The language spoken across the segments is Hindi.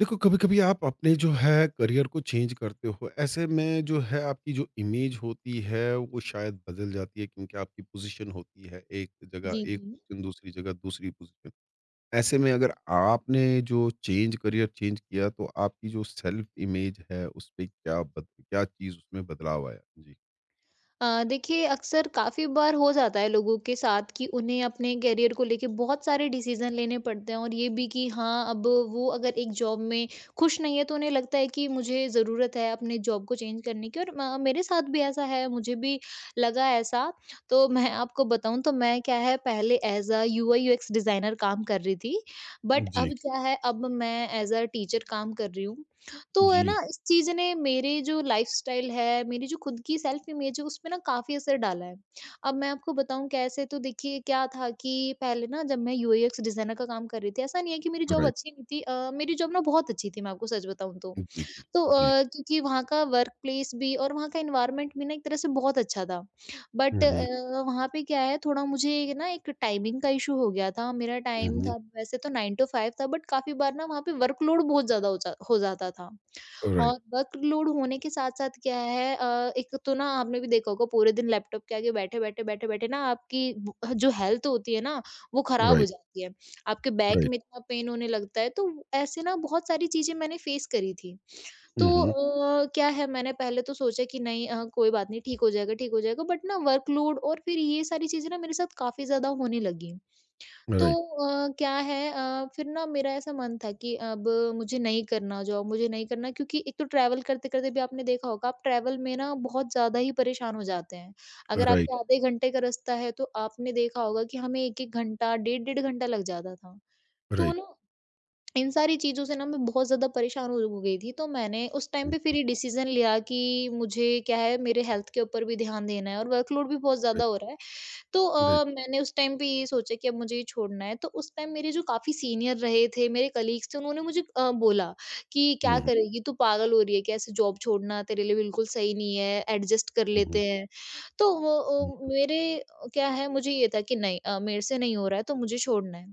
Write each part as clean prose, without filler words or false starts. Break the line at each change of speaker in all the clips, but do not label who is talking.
देखो, कभी-कभी आप अपने जो है करियर को चेंज करते हो, ऐसे में जो है आपकी जो इमेज होती है वो शायद बदल जाती है क्योंकि आपकी पोज़ीशन होती है एक जगह
जी,
एक
जी।
पोज़ीशन दूसरी जगह दूसरी पोज़ीशन। ऐसे में अगर आपने जो चेंज करियर चेंज किया तो आपकी जो सेल्फ इमेज है उसपे क्या चीज़ उसमें बदलाव आया? जी।
देखिए अक्सर काफ़ी बार हो जाता है लोगों के साथ कि उन्हें अपने करियर को लेके बहुत सारे डिसीज़न लेने पड़ते हैं, और ये भी कि हाँ, अब वो अगर एक जॉब में खुश नहीं है तो उन्हें लगता है कि मुझे ज़रूरत है अपने जॉब को चेंज करने की, और म मेरे साथ भी ऐसा है, मुझे भी लगा ऐसा। तो मैं आपको बताऊँ, तो मैं क्या है, पहले ऐज़ अ यूआई-यूएक्स डिज़ाइनर काम कर रही थी, बट
जी,
अब क्या है, अब मैं ऐज़ अ टीचर काम कर रही हूँ। तो है ना,
जी,
इस चीज़ ने मेरे जो लाइफ़स्टाइल है, मेरी जो खुद की सेल्फ इमेज है, उसपे ना काफ़ी असर डाला है। अब मैं आपको बताऊँ कैसे। तो देखिए, क्या था कि पहले ना जब मैं यूएक्स डिज़ाइनर का काम कर रही थी, ऐसा नहीं है कि मेरी जॉब
राइट।
अच्छी नहीं थी। मेरी जॉब ना बहुत अच्छी थी, मैं आपको सच बताऊँ तो।
जी, जी,
तो
जी।
क्योंकि वहाँ का वर्क प्लेस भी और वहाँ का एनवायरनमेंट भी ना एक तरह से बहुत अच्छा था।
हुँ,
बट
हुँ,
वहाँ पे क्या है, थोड़ा मुझे ना एक टाइमिंग का इश्यू हो गया था। मेरा
हुँ,
टाइम
हुँ।
था वैसे तो 9 टू 5 था, बट काफ़ी बार ना वहाँ पे वर्कलोड बहुत ज़्यादा हो जाता था।
राइट,
और वर्कलोड होने के साथ-साथ क्या है, एक तो ना आपने भी देखा होगा पूरे दिन लैपटॉप के आगे बैठे-बैठे, बैठे-बैठे ना आपकी ब जो हेल्थ होती है ना, वो खराब हो
राइट,
जाती है। आपके बैक
राइट।
में इतना पेन होने लगता है, तो ऐसे ना बहुत सारी चीज़ें मैंने फेस करी थी।
हुँ,
तो
हुँ।
क्या है, मैंने पहले तो सोचा कि नहीं, कोई बात नहीं, ठीक हो जाएगा, ठीक हो जाएगा। बट ना वर्कलोड और फिर ये सारी चीज़ें ना मेरे साथ काफ़ी ज़्यादा होने लगी। तो
राइट,
क्या है, फिर ना मेरा ऐसा मन था कि अब मुझे नहीं करना जॉब, मुझे नहीं करना, क्योंकि एक तो ट्रैवल करते-करते भी आपने देखा होगा, आप ट्रैवल में ना बहुत ज़्यादा ही परेशान हो जाते हैं। अगर
राइट,
आपके आधे घंटे का रास्ता है तो आपने देखा होगा कि हमें 1-1 घंटा, डेढ़-डेढ़ घंटा लग जाता था। तो
राइट,
ना इन सारी चीज़ों से ना मैं बहुत ज़्यादा परेशान हो गई थी, तो मैंने उस टाइम
हुँ,
पे फिर ये डिसीज़न लिया कि मुझे क्या है, मेरे हेल्थ के ऊपर भी ध्यान देना है, और वर्कलोड भी बहुत ज़्यादा
राइट,
हो रहा है। तो
राइट।
मैंने उस टाइम पे ये सोचा कि अब मुझे ये छोड़ना है। तो उस टाइम मेरे जो काफ़ी सीनियर रहे थे, मेरे कलीग्स थे, उन्होंने मुझे बोला कि, "क्या
हुँ।
करेगी? तू पागल हो रही है क्या? ऐसे जॉब छोड़ना तेरे लिए बिल्कुल सही नहीं है, एडजस्ट कर
हुँ, हुँ,
लेते हैं।" तो वो
हुँ,
मेरे क्या है, मुझे ये था कि नहीं, मेरे से नहीं हो रहा है, तो मुझे छोड़ना है।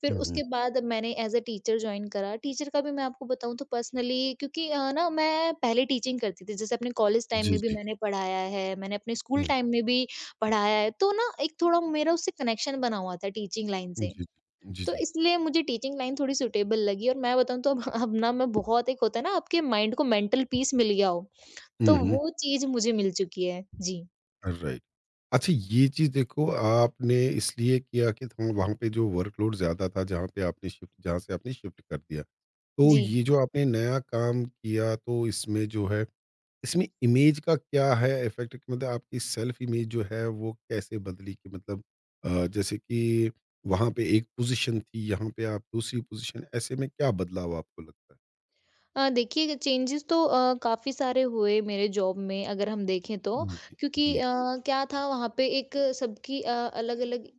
फिर
हुँ, हुँ।
उसके बाद मैंने एज़ अ टीचर जॉइन करा। टीचर का भी मैं आपको बताऊँ तो पर्सनली, क्योंकि ना मैं पहले टीचिंग करती थी, जैसे अपने कॉलेज टाइम
जी,
में भी
जी।
मैंने पढ़ाया है, मैंने अपने स्कूल
हुँ,
टाइम में भी पढ़ाया है, तो ना एक थोड़ा मेरा उससे कनेक्शन बना हुआ था टीचिंग लाइन
जी,
से।
जी, जी,
तो
जी।
इसलिए मुझे टीचिंग लाइन थोड़ी सूटेबल लगी, और मैं बताऊँ तो अब ना मैं बहुत, एक होता है ना, आपके माइंड को मेंटल पीस मिल गया हो, तो
हुँ, हुँ।
वो चीज़ मुझे मिल चुकी है। जी,
राइट। अच्छा ये चीज़ देखो आपने इसलिए किया कि तो वहाँ पे जो वर्कलोड ज़्यादा था जहाँ से आपने शिफ्ट कर दिया। तो
जी।
ये जो आपने नया काम किया तो इसमें इमेज का क्या है इफ़ेक्ट कि मतलब आपकी सेल्फ इमेज जो है वो कैसे बदली कि मतलब जैसे कि वहाँ पे एक पोज़ीशन थी, यहाँ पे आप दूसरी पोज़ीशन ऐसे में क्या बदलाव आपको लगता है?
देखिए, चेंजेस तो काफ़ी सारे हुए मेरे जॉब में, अगर हम देखें तो।
हुँ, जी।
क्योंकि
जी।
क्या था, वहाँ पे एक सबकी अलग-अलग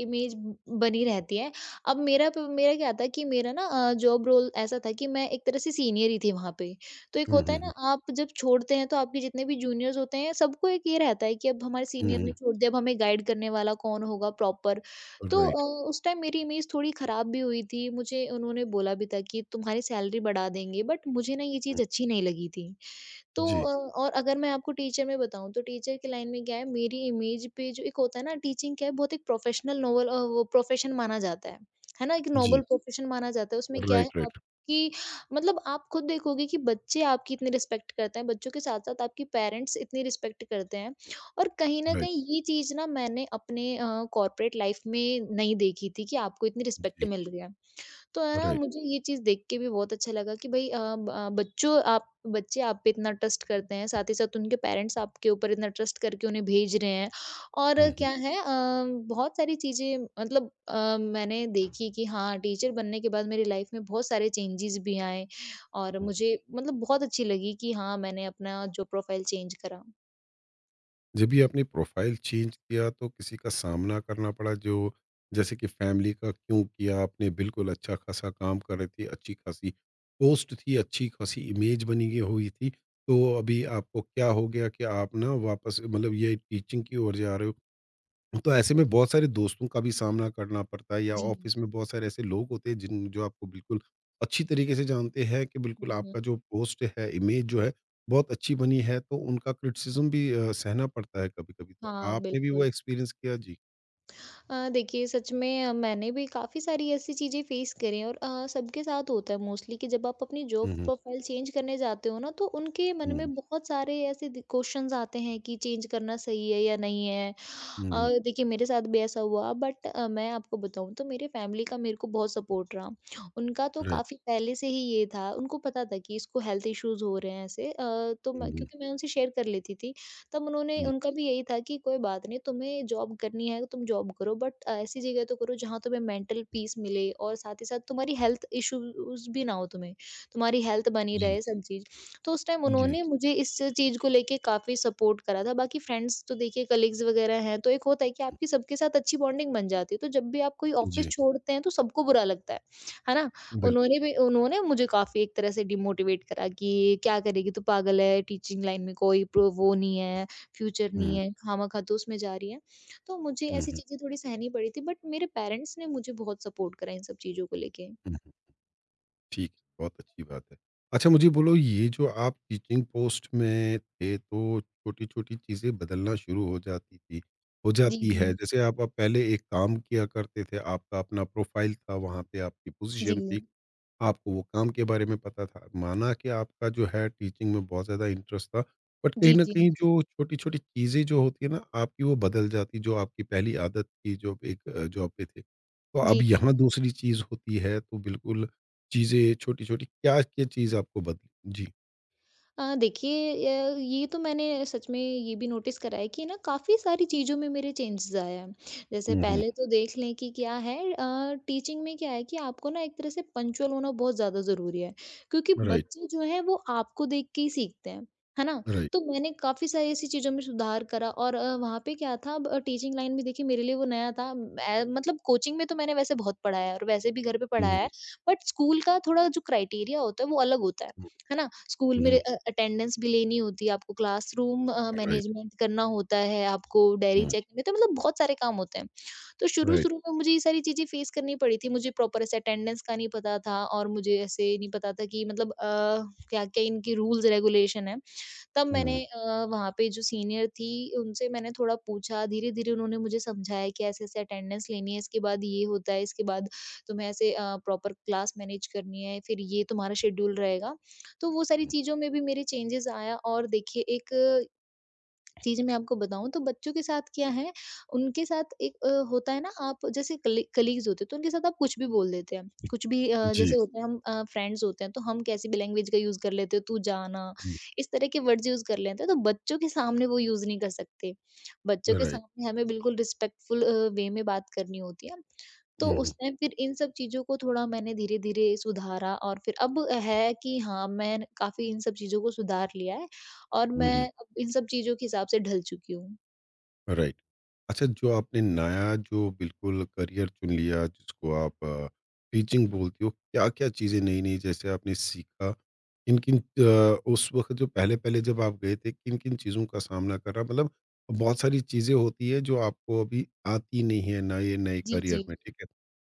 इमेज बनी रहती है। अब मेरा क्या था कि मेरा ना जॉब रोल ऐसा था कि मैं एक तरह से सीनियर ही थी वहाँ पे। तो एक
हुँ,
होता है
हुँ,
ना, आप जब छोड़ते हैं तो आपके जितने भी जूनियर्स होते हैं, सबको एक ये रहता है कि अब हमारे
हुँ,
सीनियर ने
हुँ,
छोड़ दिया, अब हमें गाइड करने वाला कौन होगा प्रॉपर।
हुँ,
तो
राइट,
उस टाइम मेरी इमेज थोड़ी खराब भी हुई थी। मुझे उन्होंने बोला भी था कि तुम्हारी सैलरी बढ़ा देंगे, बट मुझे ना ये
हुँ,
चीज़ अच्छी नहीं लगी थी। तो
जी,
और अगर मैं आपको टीचर में बताऊँ तो टीचर की लाइन में क्या है, मेरी इमेज पे जो, एक होता है ना, टीचिंग क्या है, बहुत एक प्रोफेशनल नोबल वो प्रोफेशन माना जाता है। है ना? एक नोबल
जी,
प्रोफेशन माना जाता है, उसमें क्या है
राइट, राइट,
आपकी, मतलब आप खुद देखोगे कि बच्चे आपकी इतनी रिस्पेक्ट करते हैं, बच्चों के साथ-साथ आपके पेरेंट्स इतनी रिस्पेक्ट करते हैं, और कहीं न
राइट,
कहीं ये चीज़ ना मैंने अपने कॉर्पोरेट लाइफ़ में नहीं देखी थी कि आपको इतनी रिस्पेक्ट
जी,
मिल रही है। तो है ना,
राइट,
मुझे ये चीज़ देख के भी बहुत अच्छा लगा कि भई, अ, ब अ, बच्चों आप बच्चे आप पे इतना ट्रस्ट करते हैं, साथ ही साथ उनके पेरेंट्स आपके ऊपर इतना ट्रस्ट करके उन्हें भेज रहे हैं। और
हुँ, हुँ,
क्या है, बहुत सारी चीज़ें मतलब मैंने देखी कि हाँ, टीचर बनने के बाद मेरी लाइफ़ में बहुत सारे चेंजेज़ भी आए, और
हुँ, हुँ।
मुझे मतलब बहुत अच्छी लगी कि हाँ, मैंने अपना जो प्रोफ़ाइल चेंज करा।
जब ये आपने प्रोफ़ाइल चेंज किया तो किसी का सामना करना पड़ा जो जैसे कि फैमिली का क्यों किया आपने बिल्कुल अच्छा खासा काम कर रहे थे, अच्छी खासी पोस्ट थी, अच्छी खासी इमेज बनी ये हुई थी, तो अभी आपको क्या हो गया कि आप ना वापस मतलब ये टीचिंग की ओर जा रहे हो? तो ऐसे में बहुत सारे दोस्तों का भी सामना करना पड़ता है या
जी।
ऑफिस में बहुत सारे ऐसे लोग होते हैं जिन जो आपको बिल्कुल अच्छी तरीके से जानते हैं कि बिल्कुल
हुँ, हुँ।
आपका जो पोस्ट है इमेज जो है बहुत अच्छी बनी है तो उनका क्रिटिसिज्म भी सहना पड़ता है कभी कभी तो
हाँ,
आपने भी वो
बिल्कुल।
एक्सपीरियंस किया जी।
देखिए, सच में मैंने भी काफ़ी सारी ऐसी चीज़ें फ़ेस करी हैं, और सबके साथ होता है मोस्टली कि जब आप अपनी जॉब
हम्म,
प्रोफ़ाइल चेंज करने जाते हो ना, तो उनके मन
हम्म,
में बहुत सारे ऐसे क्वेश्चंस आते हैं कि चेंज करना सही है या नहीं है।
हम्म,
देखिए, मेरे साथ भी ऐसा हुआ, बट मैं आपको बताऊँ तो मेरे फैमिली का मेरे को बहुत सपोर्ट रहा। उनका तो
राइट,
काफ़ी पहले से ही ये था, उनको पता था कि इसको हेल्थ इश्यूज़ हो रहे हैं ऐसे, तो
हम्म,
मैं, क्योंकि मैं उनसे शेयर कर लेती थी। तब उन्होंने
हम्म,
उनका भी यही था कि कोई बात नहीं, तुम्हें जॉब करनी है तो तुम जॉब करो, बट ऐसी जगह तो करो जहाँ तुम्हें मेंटल पीस मिले और साथ ही साथ तुम्हारी हेल्थ इश्यूज़ भी ना हो तुम्हें। तुम्हारी हेल्थ बनी
जी,
रहे, सब चीज़। तो उस टाइम
जी,
उन्होंने मुझे इस चीज़ को लेके काफ़ी सपोर्ट करा था। बाकी फ्रेंड्स तो देखिए, कलीग्स वगैरह हैं, तो एक होता है कि आपकी सबके साथ अच्छी बॉन्डिंग बन जाती है, तो जब भी आप कोई ऑफ़िस
जी,
छोड़ते हैं, तो सबको बुरा लगता है ना?
बिल्कुल,
उन्होंने मुझे काफ़ी एक तरह से डिमोटिवेट करा कि, "क्या करेगी, तू पागल है, टीचिंग लाइन में कोई प्रो वो नहीं है, फ्यूचर नहीं
हम्म,
है, खामखा तू उसमें जा रही है।" तो मुझे
हम्म,
ऐसी
हम्म,
चीज़ें थोड़ी सहनी पड़ी थी, बट मेरे पेरेंट्स ने मुझे बहुत सपोर्ट करा इन सब चीज़ों को लेके।
ठीक, बहुत अच्छी बात है। अच्छा मुझे बोलो ये जो आप टीचिंग पोस्ट में थे तो छोटी-छोटी चीज़ें बदलना शुरू हो जाती थी हो
जी,
जाती
जी।
है। जैसे आप पहले एक काम किया करते थे, आपका अपना प्रोफ़ाइल था, वहाँ पे आपकी
जी।
पोज़ीशन थी। आपको वो काम के बारे में पता था। माना कि आपका जो है टीचिंग में बहुत ज़्यादा इंटरेस्ट था, बट कहीं
जी,
न
जी।
कहीं जो छोटी-छोटी चीज़ें जो होती है ना, आपकी वो बदल जाती, जो आपकी पहली आदत थी, जो एक जॉब पे थे। तो अब
जी, जी।
यहाँ दूसरी चीज़ होती है, तो बिल्कुल चीज़ें छोटी-छोटी क्या-क्या चीज़ आपको बदली? जी।
देखिए, ये तो मैंने सच में ये भी नोटिस करा है कि ना काफ़ी सारी चीज़ों में मेरे चेंजेस आए हैं। जैसे
हुँ, हुँ।
पहले तो देख लें कि क्या है, टीचिंग में क्या है कि आपको ना एक तरह से पंक्चुअल होना बहुत ज़्यादा ज़रूरी है, क्योंकि
राइट,
बच्चे जो हैं वो आपको देख के ही सीखते हैं, है ना?
राइट।
तो मैंने काफ़ी सारी ऐसी चीज़ों में सुधार करा, और वहाँ पे क्या था, अब टीचिंग लाइन भी देखिए मेरे लिए वो नया था। मैं मतलब कोचिंग में तो मैंने वैसे बहुत पढ़ाया है और वैसे भी घर पे
हुँ,
पढ़ाया
हुँ,
है, बट स्कूल का थोड़ा जो क्राइटेरिया होता है वो अलग होता है। है ना? स्कूल
हुँ,
में
हुँ,
अटेंडेंस भी लेनी होती है, आपको क्लासरूम
राइट,
मैनेजमेंट करना होता है, आपको डायरी
हुँ,
चेक करनी होती है, मतलब बहुत सारे काम होते हैं। तो
राइट,
शुरू-शुरू में मुझे ये सारी चीज़ें फेस करनी पड़ी थी। मुझे प्रॉपर ऐसे अटेंडेंस का नहीं पता था, और मुझे ऐसे नहीं पता था कि मतलब क्या-क्या इनके रूल्स रेगुलेशन है। तब
हुँ,
मैंने वहाँ पे जो सीनियर थी, उनसे मैंने थोड़ा पूछा, धीरे-धीरे उन्होंने मुझे समझाया कि ऐसे-ऐसे अटेंडेंस लेनी है, इसके बाद ये होता है, इसके बाद तुम्हें ऐसे प्रॉपर क्लास मैनेज करनी है, फिर ये तुम्हारा शेड्यूल रहेगा। तो वो सारी
हुँ।
चीज़ों में भी मेरे चेंजेस आया। और देखिए एक चीज़ें मैं आपको बताऊँ, तो बच्चों के साथ क्या है, उनके साथ एक, होता है ना, आप जैसे कलीग्स होते हैं तो उनके साथ आप कुछ भी बोल देते हैं। कुछ भी,
जी,
जैसे होता है हम फ्रेंड्स होते हैं तो हम कैसी भी लैंग्वेज का यूज़ कर लेते हैं, तू जाना,
हुँ,
इस तरह के वर्ड्स यूज़ कर लेते हैं, तो बच्चों के सामने वो यूज़ नहीं कर सकते। बच्चों के
राइट।
सामने हमें बिल्कुल रिस्पेक्टफुल वे में बात करनी होती है। तो
हुँ,
उस
हुँ,
टाइम फिर इन सब चीज़ों को थोड़ा मैंने धीरे-धीरे सुधारा, और फिर अब है कि हाँ, मैं काफ़ी इन सब चीज़ों को सुधार लिया है, और
हुँ,
मैं
हुँ।
अब इन सब चीज़ों के हिसाब से ढल चुकी हूँ।
राइट। अच्छा जो आपने नया जो बिल्कुल करियर चुन लिया जिसको आप टीचिंग बोलती हो, क्या-क्या चीज़ें नई-नई जैसे आपने सीखा? किन-किन उस वक़्त जो पहले-पहले जब आप गए थे, किन-किन चीज़ों का सामना करना मतलब बहुत सारी चीज़ें होती है जो आपको अभी आती नहीं है नए-नए
जी, जी।
करियर में, ठीक है?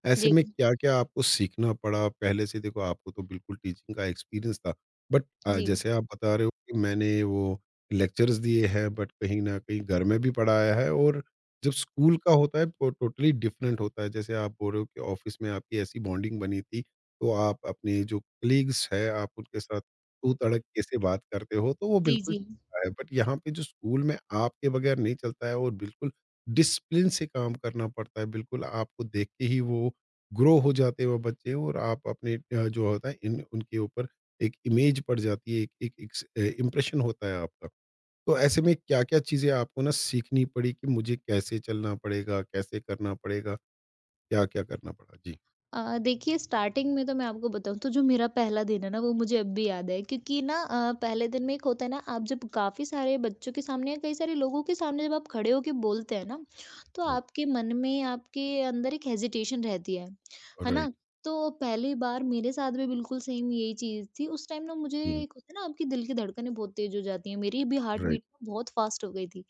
ऐसे
जी,
में क्या-क्या आपको सीखना पड़ा? पहले से देखो आपको तो बिल्कुल टीचिंग का एक्सपीरियंस था, बट
जी।
जैसे आप बता रहे हो कि मैंने वो लेक्चर्स दिए हैं बट कहीं न कहीं घर में भी पढ़ाया है और जब स्कूल का होता है वो टोटली डिफरेंट होता है। जैसे आप बोल रहे हो कि ऑफ़िस में आपकी ऐसी बॉन्डिंग बनी थी, तो आप अपने जो कलीग्स हैं आप उनके साथ तू-तड़क कैसे बात करते हो, तो वो
जी,
बिल्कुल
जी।
चलता है। बट यहाँ पे जो स्कूल में आपके बगैर नहीं चलता है और बिल्कुल डिसिप्लिन से काम करना पड़ता है। बिल्कुल आपको देख के ही वो ग्रो हो जाते हैं वो बच्चे और आप अपने जो होता है इन उनके ऊपर एक इमेज पड़ जाती है, एक एक एक इम्प्रेशन होता है आपका। तो ऐसे में क्या-क्या चीज़ें आपको ना सीखनी पड़ी कि मुझे कैसे चलना पड़ेगा, कैसे करना पड़ेगा, क्या-क्या करना पड़ा? जी।
देखिए, स्टार्टिंग में तो मैं आपको बताऊँ, तो जो मेरा पहला दिन है ना वो मुझे अब भी याद है, क्योंकि ना पहले दिन में एक होता है ना, आप जब काफ़ी सारे बच्चों के सामने या कई सारे लोगों के सामने जब आप खड़े होके बोलते हैं ना, तो
हुँ,
आपके मन में आपके अंदर एक हेजिटेशन रहती है
राइट।
ना? तो पहली बार मेरे साथ भी बिल्कुल सेम यही चीज़ थी। उस टाइम ना, मुझे
हुँ,
एक होता है ना, आपकी दिल की धड़कनें बहुत तेज़ हो जाती हैं, मेरी भी हार्ट
राइट।
बीट बहुत फ़ास्ट हो गई थी।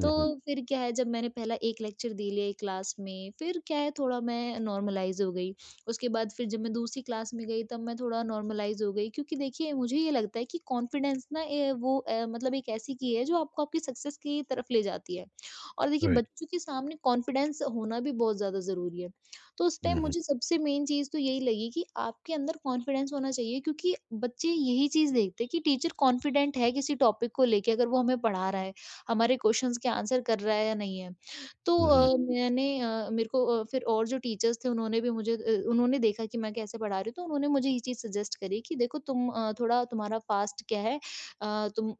तो
हुँ,
फिर क्या है, जब मैंने पहला 1 लेक्चर दे लिया एक क्लास में, फिर क्या है, थोड़ा मैं नॉर्मलाइज़ हो गई। उसके बाद फिर जब मैं दूसरी क्लास में गई, तब मैं थोड़ा नॉर्मलाइज़ हो गई, क्योंकि देखिए मुझे ये लगता है कि कॉन्फिडेंस ना वो मतलब एक ऐसी की है जो आपको आपकी सक्सेस की तरफ ले जाती है। और देखिए,
राइट।
बच्चों के सामने कॉन्फिडेंस होना भी बहुत ज़्यादा ज़रूरी है। तो उस टाइम
हुँ, हुँ,
मुझे सबसे मेन चीज़ तो यही लगी कि आपके अंदर कॉन्फिडेंस होना चाहिए, क्योंकि बच्चे यही चीज़ देखते हैं कि टीचर कॉन्फिडेंट है किसी टॉपिक को लेके, अगर वो हमें पढ़ा रहा है। हमारे क्वेश्चंस के आंसर कर रहा है या नहीं है। तो
हुँ, हुँ,
मैंने फिर और जो टीचर्स थे उन्होंने भी मुझे उन्होंने देखा कि मैं कैसे पढ़ा रही हूँ, तो उन्होंने मुझे ये चीज़ सजेस्ट करी कि देखो तुम थोड़ा तुम्हारा फास्ट क्या है, तुम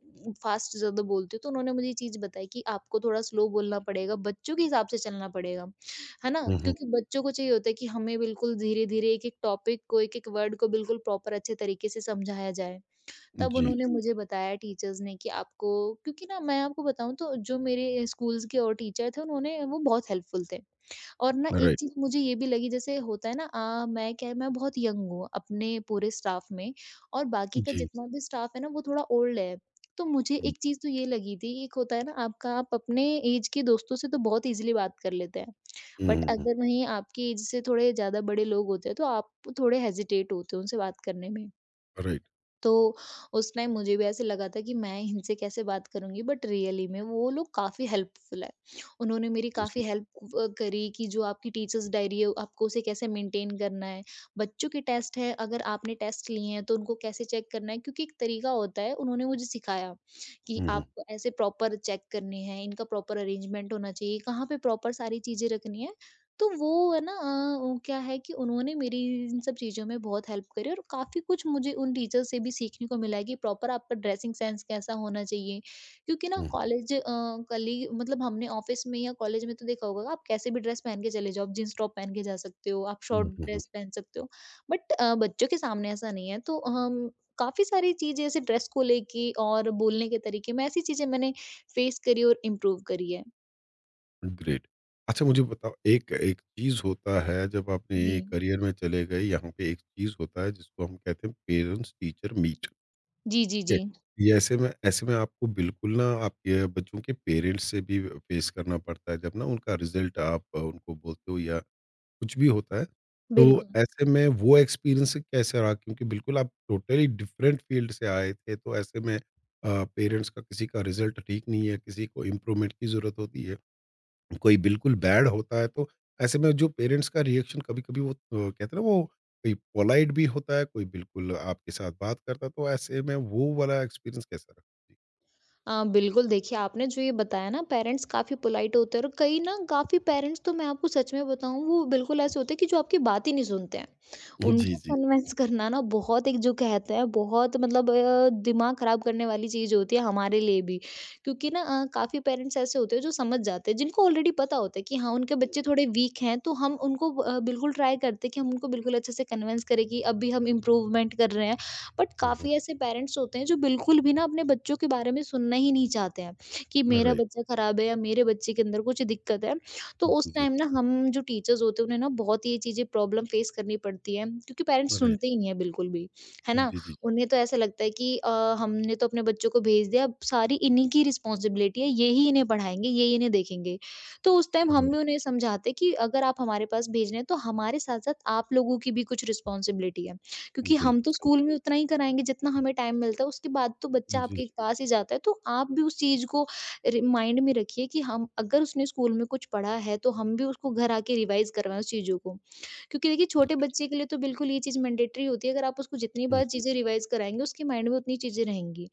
फास्ट ज़्यादा बोलती हो। तो उन्होंने मुझे ये चीज़ बताई कि आपको थोड़ा स्लो बोलना पड़ेगा, बच्चों के हिसाब से चलना पड़ेगा, है ना?
हुँ, हुँ,
क्योंकि बच्चों को चाहिए होता है कि हमें बिल्कुल धीरे-धीरे एक-एक टॉपिक को, एक-एक वर्ड को बिल्कुल प्रॉपर अच्छे तरीके से समझाया जाए। तब
जी,
उन्होंने, जी। मुझे बताया टीचर्स ने कि आपको, क्योंकि ना मैं आपको बताऊँ, तो जो मेरे स्कूल्स के और टीचर थे, उन्होंने, वो बहुत हेल्पफुल थे। और ना एक
राइट।
चीज़ मुझे ये भी लगी, जैसे होता है ना मैं क्या है, मैं बहुत यंग हूँ अपने पूरे स्टाफ में, और बाकी का
जी।
जितना भी स्टाफ है ना, वो थोड़ा ओल्ड है। तो मुझे
हुँ,
एक चीज़ तो ये लगी थी, एक होता है ना, आपका आप अपने ऐज के दोस्तों से तो बहुत ईज़िली बात कर लेते हैं। बट
हुँ, हुँ,
अगर वहीं आपकी ऐज से थोड़े ज़्यादा बड़े लोग होते हैं, तो आप थोड़े हेजिटेट होते हो उनसे बात करने में।
राइट।
तो उस टाइम मुझे भी ऐसे लगा था कि मैं इनसे कैसे बात करूँगी, बट रियली में वो लोग काफ़ी हेल्पफुल है। उन्होंने मेरी
जी।
काफ़ी हेल्प करी कि जो आपकी टीचर्स डायरी है, आपको उसे कैसे मेंटेन करना है। बच्चों के टेस्ट है, अगर आपने टेस्ट लिए हैं तो उनको कैसे चेक करना है, क्योंकि एक तरीका होता है। उन्होंने मुझे सिखाया कि
हुँ, हुँ,
आपको ऐसे प्रॉपर चेक करने हैं, इनका प्रॉपर अरेंजमेंट होना चाहिए, कहाँ पे प्रॉपर सारी चीज़ें रखनी है। तो वो है ना, वो क्या है कि उन्होंने मेरी इन सब चीज़ों में बहुत हेल्प करी, और काफ़ी कुछ मुझे उन टीचर से भी सीखने को मिला है कि प्रॉपर आपका ड्रेसिंग सेंस कैसा होना चाहिए। क्योंकि ना
हुँ,
कॉलेज, कली मतलब, हमने ऑफ़िस में या कॉलेज में तो देखा होगा, आप कैसे भी ड्रेस पहन के चले जाओ, आप जीन्स टॉप पहन के जा सकते हो, आप
हुँ,
शॉर्ट
हुँ, हुँ।
ड्रेस पहन सकते हो। बट बच्चों के सामने ऐसा नहीं है, तो हम काफ़ी सारी चीज़ें ऐसे ड्रेस को लेके और बोलने के तरीके में, ऐसी चीज़ें मैंने फेस करी और इम्प्रूव करी है।
ग्रेट। अच्छा मुझे बताओ एक एक चीज़ होता है जब
जी।
आपने करियर में चले गए यहाँ पे एक चीज़ होता है जिसको हम कहते हैं पेरेंट्स टीचर मीट, ठीक
जी, जी,
है?
जी।
ये ऐसे में आपको बिल्कुल ना आपके बच्चों के पेरेंट्स से भी फेस करना पड़ता है जब ना उनका रिज़ल्ट आप उनको बोलते हो या कुछ भी होता है। तो
बिल्कुल।
ऐसे में वो एक्सपीरियंस कैसा रहा? क्योंकि बिल्कुल आप टोटली डिफरेंट फील्ड से आए थे तो ऐसे में पेरेंट्स का किसी का रिज़ल्ट ठीक नहीं है, किसी को इम्प्रूवमेंट की ज़रूरत होती है। कोई बिल्कुल बैड होता है तो ऐसे में जो पेरेंट्स का रिएक्शन कभी-कभी वो कहते हैं ना वो कोई पोलाइट भी होता है, कोई बिल्कुल आपके साथ बात करता है, तो ऐसे में वो वाला एक्सपीरियंस कैसा रहा?
बिल्कुल, देखिए, आपने जो ये बताया ना, पेरेंट्स काफ़ी पोलाइट होते हैं, और कई ना काफ़ी पेरेंट्स तो, मैं आपको सच में बताऊँ, वो बिल्कुल ऐसे होते हैं कि जो आपकी बात ही नहीं सुनते हैं।
जी। जी,
उनको
जी।
कन्विंस करना ना बहुत, एक जो कहते हैं, बहुत मतलब दिमाग ख़राब करने वाली चीज़ होती है हमारे लिए भी। क्योंकि ना काफ़ी पेरेंट्स ऐसे होते हैं जो समझ जाते हैं, जिनको ऑलरेडी पता होता है कि हाँ, उनके बच्चे
हुँ,
थोड़े वीक हैं, तो हम उनको बिल्कुल ट्राई करते हैं कि हम उनको बिल्कुल अच्छे से कन्विंस करें कि अभी हम इम्प्रूवमेंट कर रहे हैं। बट
हुँ, हुँ।
काफ़ी ऐसे पेरेंट्स होते हैं जो बिल्कुल भी ना अपने बच्चों के बारे में सुनना ही नहीं चाहते हैं कि मेरा
राइट।
बच्चा खराब है या मेरे बच्चे के अंदर कुछ दिक्कत है। तो
जी,
उस
जी।
टाइम ना, हम, जो टीचर्स होते हैं उन्हें ना, बहुत ये चीज़ें प्रॉब्लम फेस करनी पड़ती है, क्योंकि पेरेंट्स
राइट।
सुनते ही नहीं है बिल्कुल भी, है ना?
जी, जी।
उन्हें तो ऐसा लगता है कि हमने तो अपने बच्चों को भेज दिया, अब सारी इन्हीं की रिस्पॉन्सिबिलिटी है, यही इन्हें पढ़ाएँगे, यही इन्हें देखेंगे। तो उस टाइम हम भी
राइट।
उन्हें समझाते कि अगर आप हमारे पास भेज रहे हैं, तो हमारे साथ-साथ आप लोगों की भी कुछ रिस्पॉन्सिबिलिटी है। क्योंकि हम
बिल्कुल
तो
सही।
स्कूल में उतना ही कराएँगे जितना हमें टाइम मिलता है, उसके बाद तो बच्चा
जी,
आपके पास ही जाता है। तो आप भी उस चीज़ को रि माइंड में रखिए कि हम, अगर उसने स्कूल में कुछ पढ़ा है, तो हम भी उसको घर आके रिवाइज़ करवाएँ उस चीज़ों को। क्योंकि देखिए, छोटे
जी।
बच्चे के लिए तो बिल्कुल ये चीज़ मैंडेटरी होती है, अगर आप उसको जितनी
हुँ,
बार चीज़ें रिवाइज़ कराएँगे, उसके माइंड में उतनी चीज़ें रहेंगी।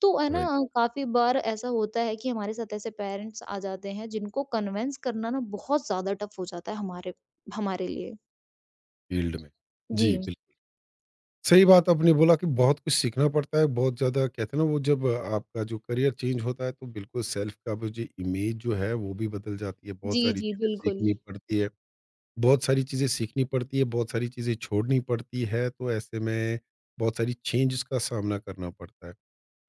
तो है ना,
राइट,
काफ़ी बार ऐसा होता है कि हमारे साथ ऐसे पेरेंट्स आ जाते हैं, जिनको कन्विंस करना ना बहुत ज़्यादा टफ़ हो जाता है हमारे हमारे लिए।
फील्ड में। जी,
जी।
बिल्कुल। सही बात आपने बोला कि बहुत कुछ सीखना पड़ता है, बहुत ज़्यादा कहते हैं ना वो जब आपका जो करियर चेंज होता है तो बिल्कुल सेल्फ का वो जो इमेज जो है वो भी बदल जाती है, बहुत
जी,
सारी
जी,
चीज़ें
बिल्कुल।
सीखनी पड़ती है बहुत सारी चीज़ें सीखनी पड़ती है, बहुत सारी चीज़ें छोड़नी पड़ती है, तो ऐसे में बहुत सारी चेंजेस का सामना करना पड़ता है।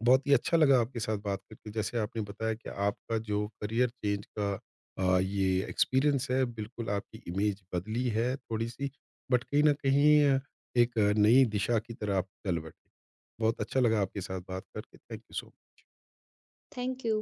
बहुत ही अच्छा लगा आपके साथ बात करके। जैसे आपने बताया कि आपका जो करियर चेंज का ये एक्सपीरियंस है, बिल्कुल आपकी इमेज बदली है थोड़ी-सी, बट कहीं न कहीं एक नई दिशा की तरह आप चल बटे। बहुत अच्छा लगा आपके साथ बात करके। Thank you so
thank you.